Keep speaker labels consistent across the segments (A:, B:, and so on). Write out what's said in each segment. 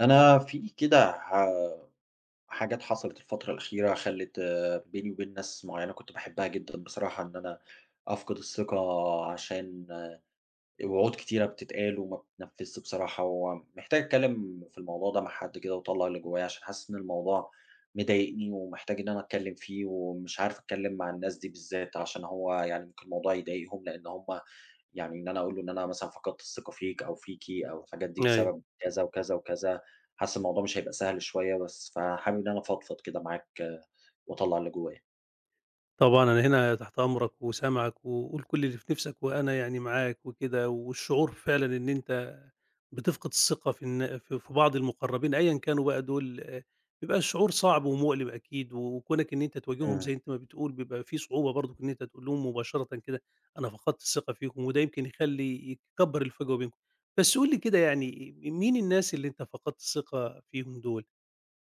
A: أنا في كده حاجات حصلت الفترة الأخيرة خلّت بيني وبين ناس معيّنة كنت باحبها جدًا. بصراحة، إن أنا أفقد الثقة عشان وعود كتيرة بتتقال وما بتتنفّذش. بصراحة، ومحتاج أتكلّم في الموضوع ده مع حد كده وأطلّع اللي جوايا، عشان حاسس إن الموضوع مضايقني ومحتاج إن أنا أتكلّم فيه. ومش عارف أتكلّم مع الناس دي بالذات، عشان هو يعني ممكن الموضوع يضايقهم، لإن هم يعني إن أنا أقول له إن أنا مثلًا فقدت الثقة فيك أو فيكِ أو الحاجات دي
B: أيوه.
A: بسبب كذا وكذا وكذا، حاسس الموضوع مش هيبقى سهل شوية بس. فحابب إن أنا أفضفض كده معاك آه، وأطلّع اللي جوايا.
B: طبعًا أنا هنا تحت أمرك وسامعك، وقُل كل اللي في نِفْسك وأنا يعني معاك وكده، والشعور فعلًا إن أنت بتفقد الثقة في الن في في بعض المقرّبين أيًا كانوا بقى دول، بيبقى الشعور صعب ومؤلم أكيد، وكونك إن أنت تواجههم زي
A: إمم.
B: أنت ما بتقول بيبقى في صعوبة برضُك إن أنت تقول لهم مباشرةً كده أنا فقدت الثقة فيكم، وده يمكن يخلّي يكبّر الفجوة بينكم. بس قُل لي كده يعني مين الناس اللي أنت فقدت الثقة فيهم دول؟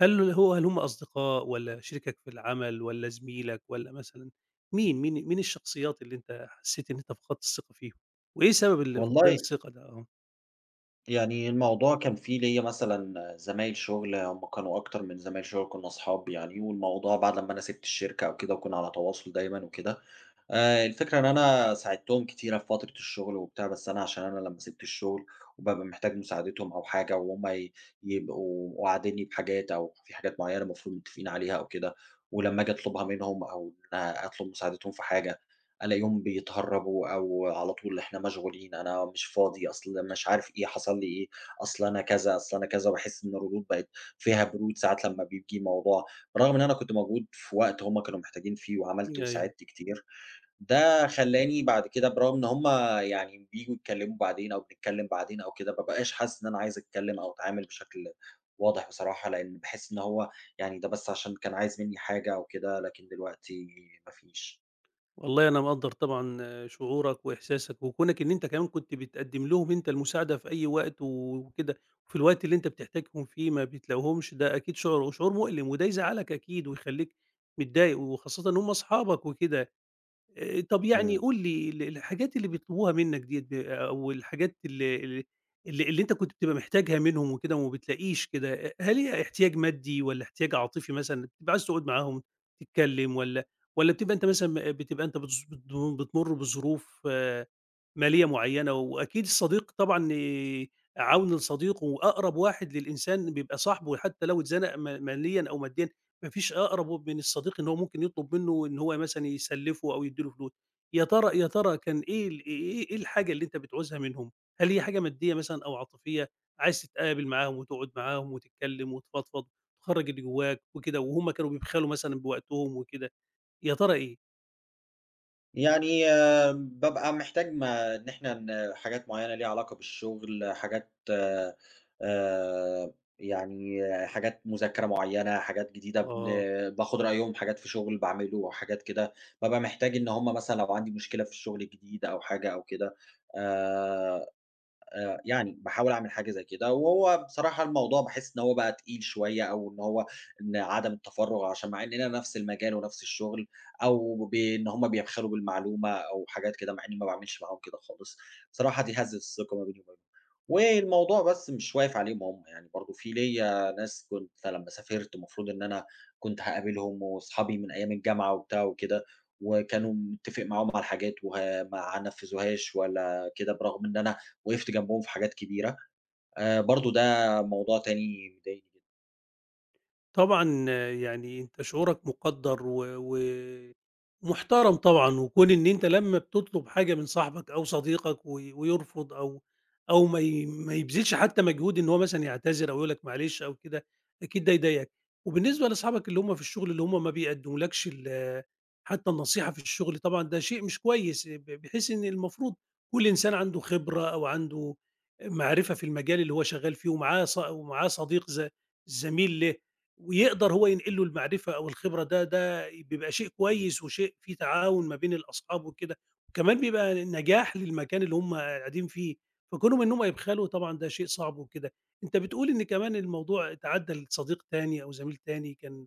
B: هل هم أصدقاء والّا شريكك في العمل والّا زميلك والّا مثلًا مين الشخصيات اللي أنت حسّيت إن أنت فقدت الثقة فيهم؟ وإيه سبب فقدان
A: والله،
B: الثقة ده؟
A: يعني الموضوع كان فيه ليّا مثلًا زمايل شُغل، هم كانوا أكتر من زمايل شُغل، كُنّا أصحاب يعني. والموضوع بعد لمّا أنا سِبت الشركة أو كده، وكُنّا على تواصل دايمًا وكده. الفكرة إن أنا ساعدتهم كتيرة في فترة الشغل وبتاع، بس أنا عشان أنا لمّا سِبت الشغل وبابقى محتاج مساعدتهم أو حاجة، وهُم يبقوا واعدينّي بحاجات، أو في حاجات معيّنة المفروض متفقين عليها أو كده. ولمّا آجي أطلبها منهم، أو إن أنا أطلب مساعدتهم في حاجة، ألاقيهم بيتهرّبوا، أو على طول إحنا مشغولين، أنا مش فاضي، أصل مش عارف إيه، حصل لي إيه، أصل أنا كذا، أصل أنا كذا. وباحس إن الردود بقت فيها برود ساعات لمّا بييجي موضوع، برغم إن أنا كنت موجود في وقت هُم كانوا محتاجين فيه، وعملت
B: أيوه.
A: وساعدت كتير. ده خلّاني بعد كده، برغم إن هُم يعني بييجوا يتكلّموا بعدين، أو بنتكلّم بعدين أو كده، ما بابقاش حاسس إن أنا عايز أتكلّم أو أتعامل بشكل واضح، بصراحة. لإن باحس إن هو يعني ده بس عشان كان عايز منّي حاجة أو كده، لكن دلوقتي ما فيش.
B: والله أنا مقدّر طبعًا شعورك وإحساسك، وكونك إن أنت كمان كنت بتقدّم لهم أنت المساعدة في أي وقت وكده، وفي الوقت اللي أنت بتحتاجهم فيه ما بتلاقيهمش، ده أكيد شعور مؤلم، وده يزعّلك أكيد ويخلّيك متضايق، وخاصةً إن هم أصحابك وكده. طب يعني
A: إمم.
B: قُل لي الحاجات اللي بيطلبوها منّك ديّة أو الحاجات ال ال اللي اللي أنت كنت بتبقى محتاجها منهم وكده وما بتلاقيش كده، هل هي احتياج مادي والّا احتياج عاطفي مثلًا، بتبقى عايز تقعد معاهم تتكلم والّا بتبقى أنت مثلًا م بتبقى أنت بتظ بت بتمُر بظروف مالية معيّنة، وأكيد الصديق طبعًا عَوْن لصديقه وأقرب واحد للإنسان بيبقى صاحبه حتى لو اتزنق ما ماليًا أو ماديًا. ما فيش أقرب من الصديق إن هو ممكن يطلب منه إن هو مثلًا يسلّفه أو يدّي له فلوس. يا ترى كان إيه ال إيه إيه الحاجة اللي أنت بتعوزها منهم؟ هل هي حاجة مادية مثلًا أو عاطفية، عايز تتقابل معاهم وتقعد معاهم وتتكلم وتفضفض وتخرّج اللي جواك وكده، وهُم كانوا بيبخلوا مثلًا بوقتهم وكده، يا ترى إيه؟
A: يعني بابقى محتاج ما إن إحنا حاجات معيّنة ليها علاقة بالشغل، حاجات، آآ يعني آه، حاجات مذاكرة معيّنة، حاجات جديدة
B: آه.
A: باخُد رأيهم، حاجات في شغل باعمله، حاجات كده. بابقى محتاج إن هم مثلًا لو عندي مشكلة في الشغل الجديد أو حاجة أو كده، آآ يعني باحاول أعمل حاجة زي كده. وهو بصراحة الموضوع باحس إن هو بقى تقيل شوية، أو إن هو إن عدم التفرُّغ، عشان مع إننا نفس المجال ونفس الشغل، أو بإن هم بيبخلوا بالمعلومة أو حاجات كده، مع إني ما باعملش معاهم كده خالص. بصراحة دي هزّت الثقة ما بيني وما بينهم. والموضوع بس مش واقف عليهم هم، يعني برضه في ليّا ناس كنت لمّا سافرت المفروض إن أنا كنت هاقابلهم، وأصحابي من أيام الجامعة وبتاع وكده،
B: إمم.
A: وكانوا متّفق معاهم على حاجات ما نفّذوهاش ولا كده، برغم إن أنا وقفت جنبهم في حاجات كبيرة. برضه ده موضوع تاني مضايقني جدًا.
B: طبعًا يعني أنت شعورك مُقدّر و محترم طبعًا، وكون إن أنت لمّا بتطلب حاجة من صاحبك أو صديقك ويرفض أو ما يبذلش حتى مجهود إن هو مثلًا يعتذر أو يقول لك معلش أو كده، أكيد ده يضايقك. وبالنسبة لأصحابك اللي هم في الشغل اللي هم ما بيقدمولكش حتى النصيحة في الشغل، طبعًا ده شيء مش كويس، بحيث إن المفروض كل إنسان عنده خبرة أو عنده معرفة في المجال اللي هو شغال فيه ومعاه ومعاه صديق زميل له، ويقدر هو ينقل له المعرفة أو الخبرة ده بيبقى شيء كويس وشيء فيه تعاون ما بين الأصحاب وكده، وكمان بيبقى نجاح للمكان اللي هم قاعدين فيه، فكونهم إن هم يبخلوا طبعًا ده شيء صعب وكده. أنت بتقول إن كمان الموضوع اتعدّى لصديق تاني أو زميل تاني كان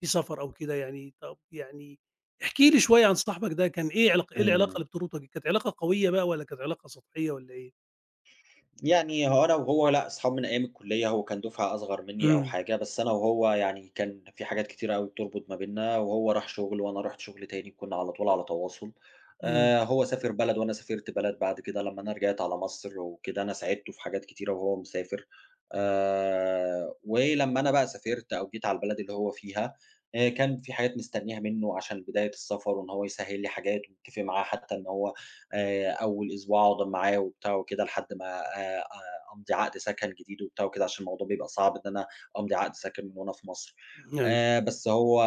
B: في سفر أو كده يعني، طب يعني احكِ لي شوية عن صاحبك ده كان إيه علاق إيه العلاقة
A: إمم.
B: اللي بتربطك؟ كانت علاقة قوية بقى والّا كانت علاقة سطحية والّا إيه؟
A: يعني هو أنا وهو، لأ، أصحاب من أيام الكلية، هو كان دُفعة أصغر منّي أو
B: إمم.
A: حاجة، بس أنا وهو يعني كان في حاجات كتيرة أوي بتربط ما بيننا. وهو راح شغل وأنا رُحت شغل تاني، كنّا على طول على تواصل.
B: إمم.
A: هو سافر بلد وأنا سافرت بلد بعد كده. لمّا أنا رجعت على مصر وكده، أنا ساعدته في حاجات كتيرة وهو مسافر. ولمّا أنا بقى سافرت أو جيت على البلد اللي هو فيها، كان في حاجات مستنّيها منّه عشان بداية السفر، وإن هو يسهّل لي حاجات، ومتّفق معاه حتّى إن هو أول أسبوع أقعد معاه وبتاع وكده، لحد ما أ أمضي عقد سكن جديد وبتاع وكده، عشان الموضوع بيبقى صعب إن أنا أمضي عقد سكن من وأنا في مصر.
B: إمم. أيوه.
A: بس هو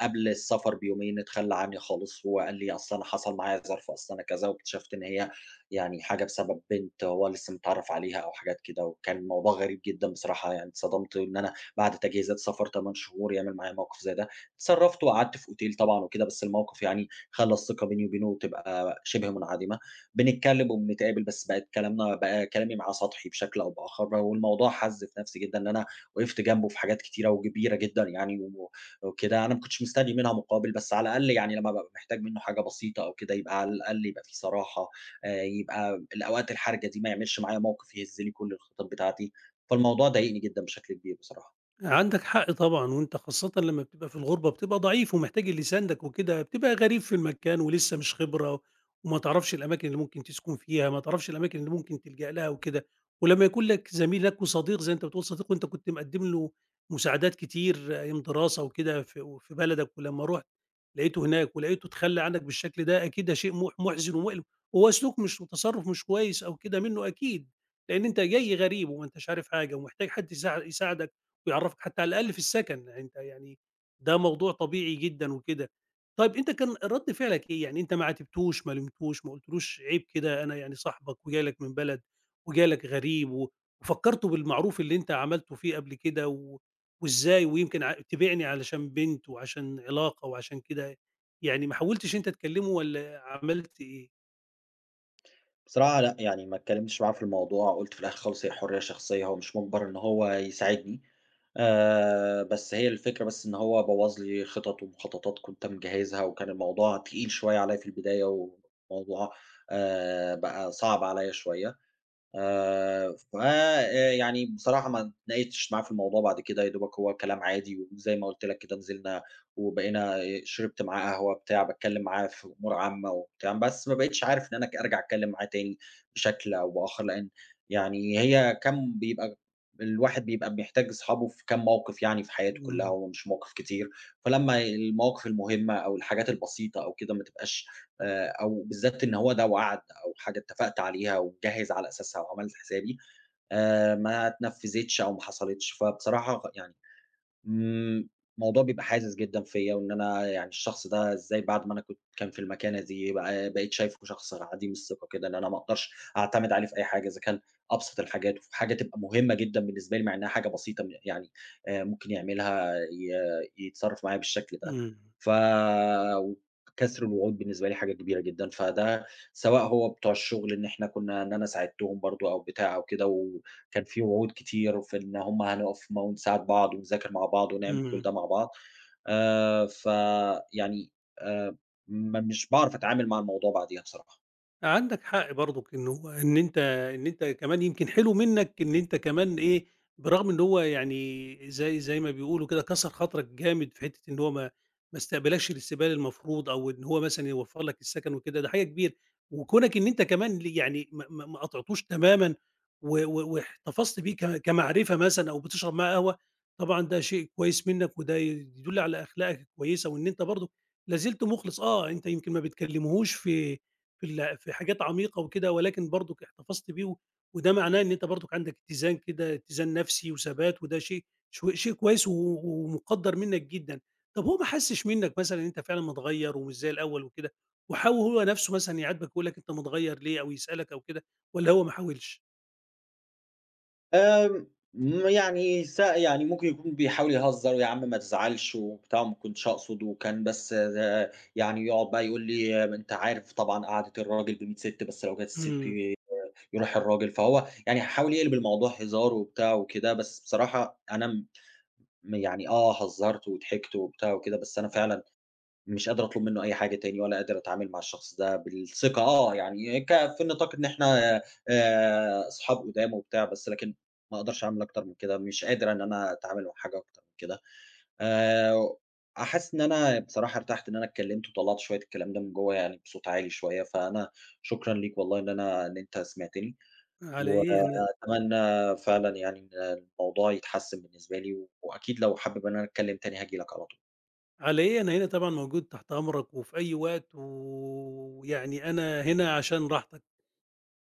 A: قبل السفر بيومين اتخلّى عني خالص، وقال لي: "أصل أنا حصل معايا ظرف، أصل أنا كذا." واكتشفت إن هي يعني حاجة بسبب بنت هو لسه متعرّف عليها أو حاجات كده. وكان الموضوع غريب جدًا، بصراحة يعني اتصدمت إن أنا بعد تجهيزات سفر 8 شهور يعمل معايا موقف زي ده. اتصرّفت وقعدت في أوتيل طبعًا وكده، بس الموقف يعني خلّى الثقة بيني وبينه تبقى شِبه منعدمة. بنتكلّم وبنتقابل، بس بقت كلامنا بقى كلامي معاه سطحي بشكل أو بآخَر. والموضوع حَز في نَفْسي جدًا، إن أنا وقفت جنبه في حاجات كتيرة وكبيرة جدًا يعني و وكده. أنا ما كنتش مستني منها مقابل، بس على الأقل يعني لمّا بابقى محتاج منّه حاجة بسيطة أو كده يبقى على الأقل يبقى في صراحة، يبقى الأوقات الحرجة دي ما يعملش معايا موقِف يهز لي كل الخطط بتاعتي. فالموضوع ضايقني جدًا بشكل كبير بصراحة.
B: عندك حق طبعًا، وأنت خاصةً لمّا بتبقى في الغُربة بتبقى ضعيف ومحتاج اللي يساندك وكده، بتبقى غريب في المكان ولسه مش خبرة، وما تعرفش الأماكن اللي ممكن تسكن فيها، ما تعرفش الأماكن اللي ممكن تلجأ لها وكده، ولمّا يكون لك زميل لك وصديق زي أنت بتقول صديق وأنت كنت مقدّم له مساعدات كتير أيام دراسة وكده في بلدك، ولمّا رُحت لقيته هناك ولقيته اتخلّى عنك بالشكل ده، أكيد ده شيء مُحزِن ومؤلم، هو سلوك مش وتصرُّف مش كويس أو كده منّه أكيد، لإن أنت جاي غريب وما أنتاش عارف حاجة ومحتاج حد يساعدك ويعرّفك حتى على الأقل في السكن، يعني أنت يعني ده موضوع طبيعي جدًا وكده. طيب أنت كان رَد فعلك إيه؟ يعني أنت ما عاتبتوش، ما لِمتوش، ما قُلتلوش عيب كده أنا يعني صاحبك وجاي لك من بلد وجاي لك غريب وفكّرته بالمعروف اللي أنت عملته فيه قبل كده وإزاي ويمكن تبيعني علشان بنت وعشان علاقة وعشان كده، يعني ما حاولتش أنت تكلّمه والّا عملت إيه؟
A: بصراحة لأ، يعني ما اتكلّمتش معاه في الموضوع، قُلت في الآخر خالص هي حُرية شخصية، هو مش مُجبَر إن هو يساعدني. بس هي الفكرة بس إن هو بوّظ لي خطط ومخططات كنت مجهّزها، وكان الموضوع تقيل شوية عليّا في البداية، والموضوع بقى صعب عليّا شوية. ف يعني بصراحة ما اتناقشتش معاه في الموضوع بعد كده، يا دوبك هو كلام عادي، وزي ما قُلت لك كده نزلنا وبقينا، شربت معاه قهوة بتاع، باتكلم معاه في أمور عامة وبتاع، بس ما بقيتش عارف إن أنا أرجع أتكلم معاه تاني بشكل أو بآخر. لإن يعني هي كام بيبقى الواحد بيبقى بيحتاج أصحابه في كام موقف، يعني في حياته كلها،
B: إمم.
A: هو مش مواقف كتير. فلمّا المواقف المهمة أو الحاجات البسيطة أو كده ما تبقاش، أو بالذات إن هو ده وعد أو حاجة اتفقت عليها ومجهّز على أساسها وعملت حسابي، ما اتنفّذتش أو ما حصلتش. فبصراحة يعني، إمم، الموضوع بيبقى حازز جدًا فيّا. وإن أنا يعني الشخص ده إزاي بعد ما أنا كنت كان في المكانة دي بقى بقيت شايفه شخص عديم الثقة كده، إن أنا ما اقدرش أعتمد عليه في أي حاجة، إذا كان أبسط الحاجات. وفي حاجة تبقى مهمة جدًا بالنسبة لي مع إنها حاجة بسيطة، يعني ممكن يعملها يتصرّف معايا بالشكل ده.
B: إمم.
A: ف وكسر الوعود بالنسبة لي حاجة كبيرة جدًا، فده سواء هو بتوع الشغل إن إحنا كنا إن أنا ساعدتهم برضه أو بتاع أو كده، و كان في وعود كتير في إن هم هنقف ونساعد بعض ونذاكر مع بعض ونعمل كل
B: إمم.
A: ده مع بعض. فيعني آآ ما مش باعرف أتعامل مع الموضوع بعديها بصراحة.
B: عندك حق برضك إن هو إن أنت كمان يمكن حلو منّك إن أنت كمان إيه، برغم إن هو يعني زي ما بيقولوا كده كسر خاطرك جامد في حتّة إن هو ما استقبلكش الاستقبال المفروض أو إن هو مثلًا يوفّر لك السكن وكده، ده حاجة كبيرة، وكونك إن أنت كمان يعني ما قاطعتوش تمامًا و و واحتفظت بيه كمعرفة مثلًا أو بتشرب معاه قهوة، طبعًا ده شيء كويس منّك وده يدُل على أخلاقك الكويسة وإن أنت برضه لا زلت مُخلص، أنت يمكن ما بتكلمهوش في حاجات عميقة وكده ولكن برضك احتفظت بيه وده معناه إن أنت برضك عندك اتزان كده، اتزان نفسي وثبات وده شيء كويس ومُقدّر منّك جدًا. طب هو ما حسّش منّك مثلًا إن أنت فعلًا متغيّر ومش زي الأول وكده، وحاول هو نفسه مثلًا يعاتبك ويقول لك أنت متغيّر ليه أو يسألك أو كده والّا هو ما حاولش؟
A: آمم، م يعني يعني ممكن يكون بيحاول يهزّر، ويا عم ما تزعلش وبتاع، وما كنتش أقصد، وكان بس ده يعني. يقعد بقى يقول لي: ما أنت عارف طبعًا قعدة الراجل ب100 سِت، بس لو جات السِت
B: إمم.
A: يروح الراجل. فهو يعني حاول يقلب الموضوع هزار وبتاع وكده. بس بصراحة أنا يعني آه، هزّرت وضحكت وبتاع وكده، بس أنا فعلًا مش قادر أطلب منّه أي حاجة تاني، ولا قادر أتعامل مع الشخص ده بالثقة آه، يعني في نطاق إن إحنا أصحاب قُدام وبتاع، بس لكن ما أقدرش أعمل أكتر من كده، مش قادر إن أنا أتعامل مع حاجة أكتر من كده. آآ حاسس إن أنا بصراحة ارتحت إن أنا اتكلّمت وطلّعت شوية الكلام ده من جوّه، يعني بصوت عالي شوية. فأنا شكرًا ليك والله إن أنت سمعتني.
B: على إيه أنا
A: وأتمنى فعلًا يعني إن الموضوع يتحسّن بالنسبة لي. وأكيد لو حابب إن أنا أتكلّم تاني هاجي لك على طول.
B: على إيه أنا هنا طبعًا موجود تحت أمرك وفي أي وقت، ويعني أنا هنا عشان راحتك.